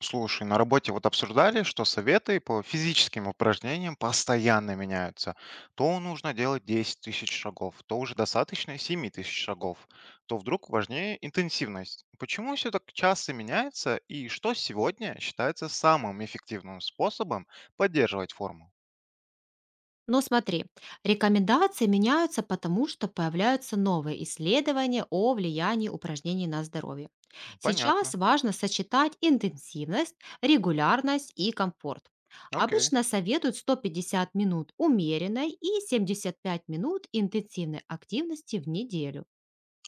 Слушай, на работе вот обсуждали, что советы по физическим упражнениям постоянно меняются. То нужно делать 10 тысяч шагов, то уже достаточно 7 тысяч шагов, то вдруг важнее интенсивность. Почему все так часто меняется и что сегодня считается самым эффективным способом поддерживать форму? Но смотри, рекомендации меняются, потому что появляются новые исследования о влиянии упражнений на здоровье. Сейчас Понятно. важно сочетать интенсивность, регулярность и комфорт. Окей. Обычно советуют 150 минут умеренной и 75 минут интенсивной активности в неделю.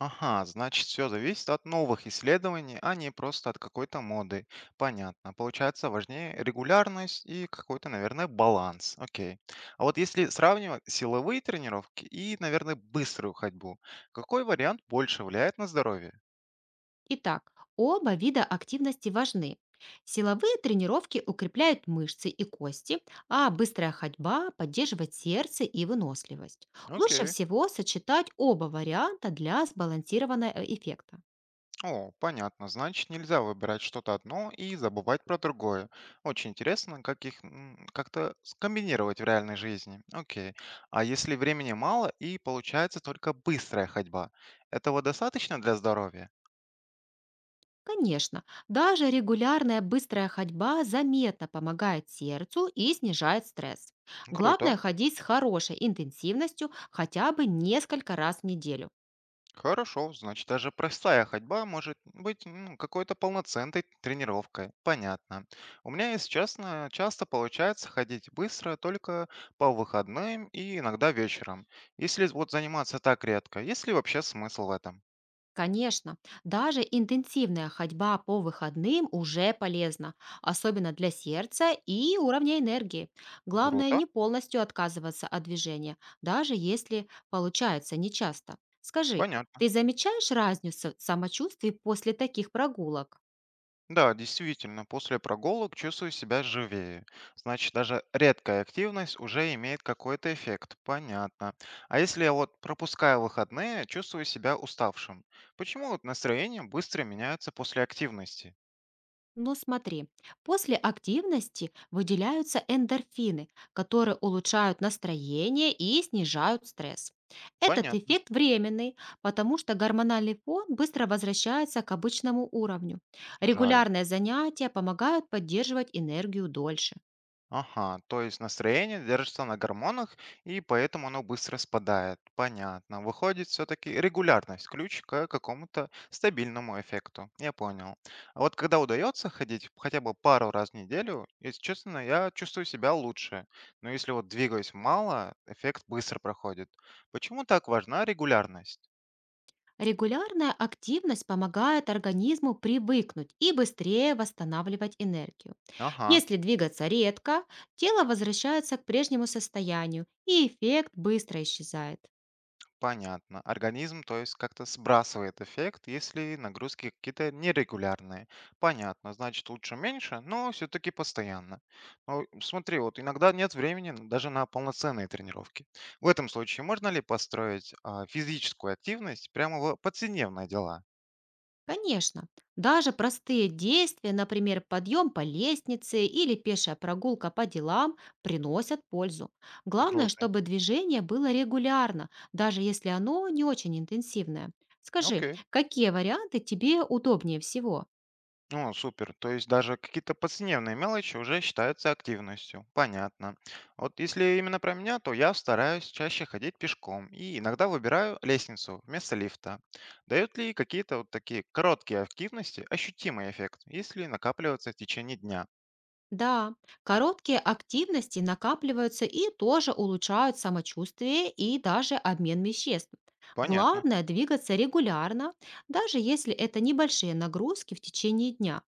Ага, значит, все зависит от новых исследований, а не просто от какой-то моды. Понятно. Получается, важнее регулярность и какой-то, наверное, баланс. Окей. А вот если сравнивать силовые тренировки и, наверное, быструю ходьбу, какой вариант больше влияет на здоровье? Итак, оба вида активности важны. Силовые тренировки укрепляют мышцы и кости, а быстрая ходьба поддерживает сердце и выносливость. Лучше Окей. всего сочетать оба варианта для сбалансированного эффекта. О, понятно. Значит, нельзя выбирать что-то одно и забывать про другое. Очень интересно, как их как-то скомбинировать в реальной жизни. Окей. А если времени мало и получается только быстрая ходьба, этого достаточно для здоровья? Конечно, даже регулярная быстрая ходьба заметно помогает сердцу и снижает стресс. Круто. Главное ходить с хорошей интенсивностью хотя бы несколько раз в неделю. Хорошо, значит, даже простая ходьба может быть ну, какой-то полноценной тренировкой. Понятно. У меня, если честно, часто получается ходить быстро только по выходным и иногда вечером. Если вот заниматься так редко, есть ли вообще смысл в этом? Конечно, даже интенсивная ходьба по выходным уже полезна, особенно для сердца и уровня энергии. Главное Круто. не полностью отказываться от движения, даже если получается нечасто. Скажи, Понятно. ты замечаешь разницу в самочувствии после таких прогулок? Да, действительно, после прогулок чувствую себя живее. Значит, даже редкая активность уже имеет какой-то эффект. Понятно. А если я вот пропускаю выходные, чувствую себя уставшим. Почему вот настроение быстро меняется после активности? Ну смотри, после активности выделяются эндорфины, которые улучшают настроение и снижают стресс. Этот Понятно. эффект временный, потому что гормональный фон быстро возвращается к обычному уровню. Жаль. Регулярные занятия помогают поддерживать энергию дольше. Ага, то есть настроение держится на гормонах, и поэтому оно быстро спадает. Понятно. Выходит, все-таки регулярность ключ к какому-то стабильному эффекту. Я понял. А вот когда удается ходить хотя бы пару раз в неделю, если честно, я чувствую себя лучше. Но если вот двигаюсь мало, эффект быстро проходит. Почему так важна регулярность? Регулярная активность помогает организму привыкнуть и быстрее восстанавливать энергию. Ага. Если двигаться редко, тело возвращается к прежнему состоянию, и эффект быстро исчезает. Понятно. Организм, то есть, как-то сбрасывает эффект, если нагрузки какие-то нерегулярные. Понятно, значит, лучше меньше, но все-таки постоянно. Но смотри, вот иногда нет времени даже на полноценные тренировки. В этом случае можно ли построить физическую активность прямо в повседневные дела? Конечно, даже простые действия, например, подъем по лестнице или пешая прогулка по делам, приносят пользу. Главное, Круто. чтобы движение было регулярно, даже если оно не очень интенсивное. Скажи, Окей. какие варианты тебе удобнее всего? Ну супер. То есть даже какие-то повседневные мелочи уже считаются активностью. Понятно. Вот если именно про меня, то я стараюсь чаще ходить пешком и иногда выбираю лестницу вместо лифта. Дают ли какие-то вот такие короткие активности ощутимый эффект, если накапливаться в течение дня? Да, короткие активности накапливаются и тоже улучшают самочувствие и даже обмен веществ. Понятно. Главное двигаться регулярно, даже если это небольшие нагрузки в течение дня.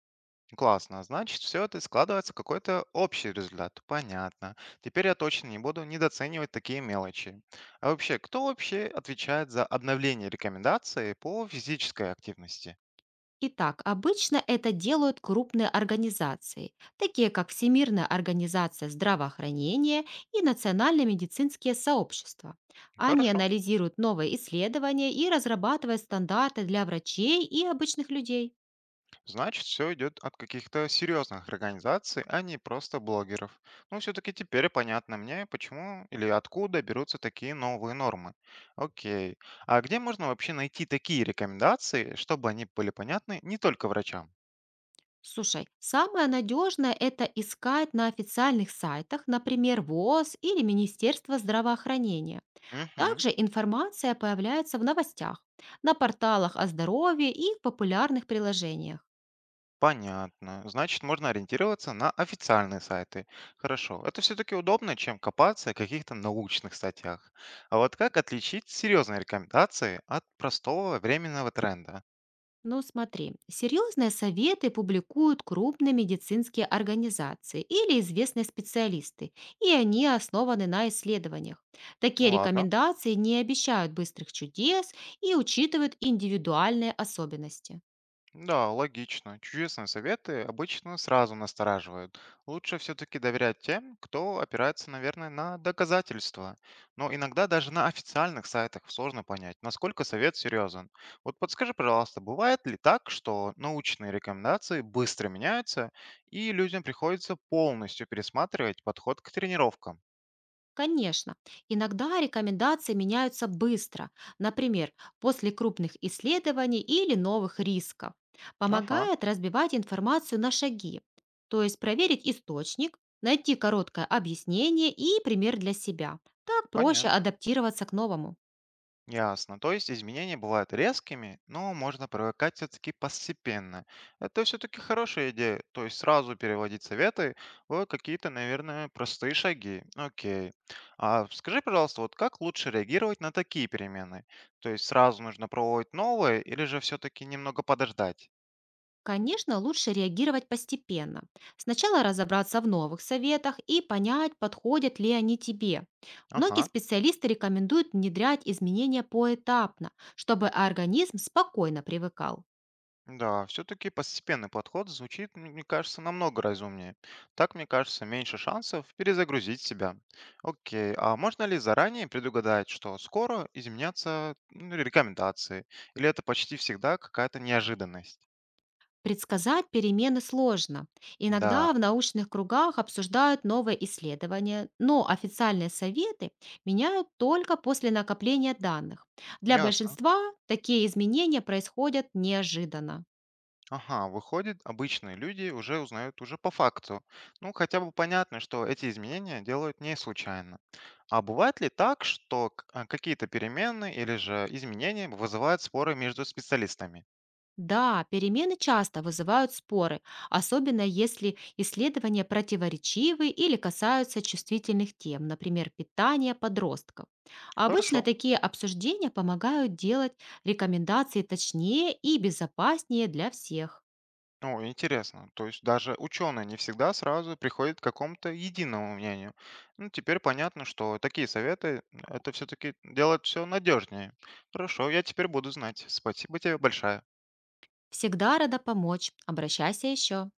Классно. Значит, все это складывается в какой-то общий результат. Понятно. Теперь я точно не буду недооценивать такие мелочи. А вообще, кто вообще отвечает за обновление рекомендаций по физической активности? Итак, обычно это делают крупные организации, такие как Всемирная организация здравоохранения и национальные медицинские сообщества. Они Хорошо. анализируют новые исследования и разрабатывают стандарты для врачей и обычных людей. Значит, все идет от каких-то серьезных организаций, а не просто блогеров. Ну, все-таки теперь понятно мне, почему или откуда берутся такие новые нормы. Окей. А где можно вообще найти такие рекомендации, чтобы они были понятны не только врачам? Слушай, самое надежное– это искать на официальных сайтах, например, ВОЗ или Министерство здравоохранения. Мгм. Также информация появляется в новостях, на порталах о здоровье и в популярных приложениях. Понятно. Значит, можно ориентироваться на официальные сайты. Хорошо. Это все-таки удобно, чем копаться в каких-то научных статьях. А вот как отличить серьезные рекомендации от простого временного тренда? Но смотри, серьезные советы публикуют крупные медицинские организации или известные специалисты, и они основаны на исследованиях. Такие Ну, ладно. рекомендации не обещают быстрых чудес и учитывают индивидуальные особенности. Да, логично. Чудесные советы обычно сразу настораживают. Лучше все-таки доверять тем, кто опирается, наверное, на доказательства. Но иногда даже на официальных сайтах сложно понять, насколько совет серьезен. Вот подскажи, пожалуйста, бывает ли так, что научные рекомендации быстро меняются, и людям приходится полностью пересматривать подход к тренировкам? Конечно, иногда рекомендации меняются быстро, например, после крупных исследований или новых рисков. Ага, Помогает разбивать информацию на шаги, то есть проверить источник, найти короткое объяснение и пример для себя. Так проще понятно. адаптироваться к новому. Ясно. То есть изменения бывают резкими, но можно привыкать все-таки постепенно. Это все-таки хорошая идея. То есть сразу переводить советы в какие-то, наверное, простые шаги. Окей. А скажи, пожалуйста, вот как лучше реагировать на такие перемены? То есть сразу нужно пробовать новые, или же все-таки немного подождать? Конечно, лучше реагировать постепенно. Сначала разобраться в новых советах и понять, подходят ли они тебе. Многие Ага. специалисты рекомендуют внедрять изменения поэтапно, чтобы организм спокойно привыкал. Да, все-таки постепенный подход звучит, мне кажется, намного разумнее. Так, мне кажется, меньше шансов перезагрузить себя. Окей, а можно ли заранее предугадать, что скоро изменятся ну, рекомендации? Или это почти всегда какая-то неожиданность? Предсказать перемены сложно. Иногда Да, в научных кругах обсуждают новые исследования, но официальные советы меняют только после накопления данных. Для ясно. большинства такие изменения происходят неожиданно. Ага, выходит, обычные люди уже узнают уже по факту. Ну, хотя бы понятно, что эти изменения делают не случайно. А бывает ли так, что какие-то перемены или же изменения вызывают споры между специалистами? Да, перемены часто вызывают споры, особенно если исследования противоречивы или касаются чувствительных тем, например, питания подростков. А Хорошо. обычно такие обсуждения помогают делать рекомендации точнее и безопаснее для всех. Ну, интересно. То есть даже ученые не всегда сразу приходят к какому-то единому мнению. Ну, теперь понятно, что такие советы, это все-таки делает все надежнее. Хорошо, я теперь буду знать. Спасибо тебе большое. Всегда рада помочь. Обращайся еще.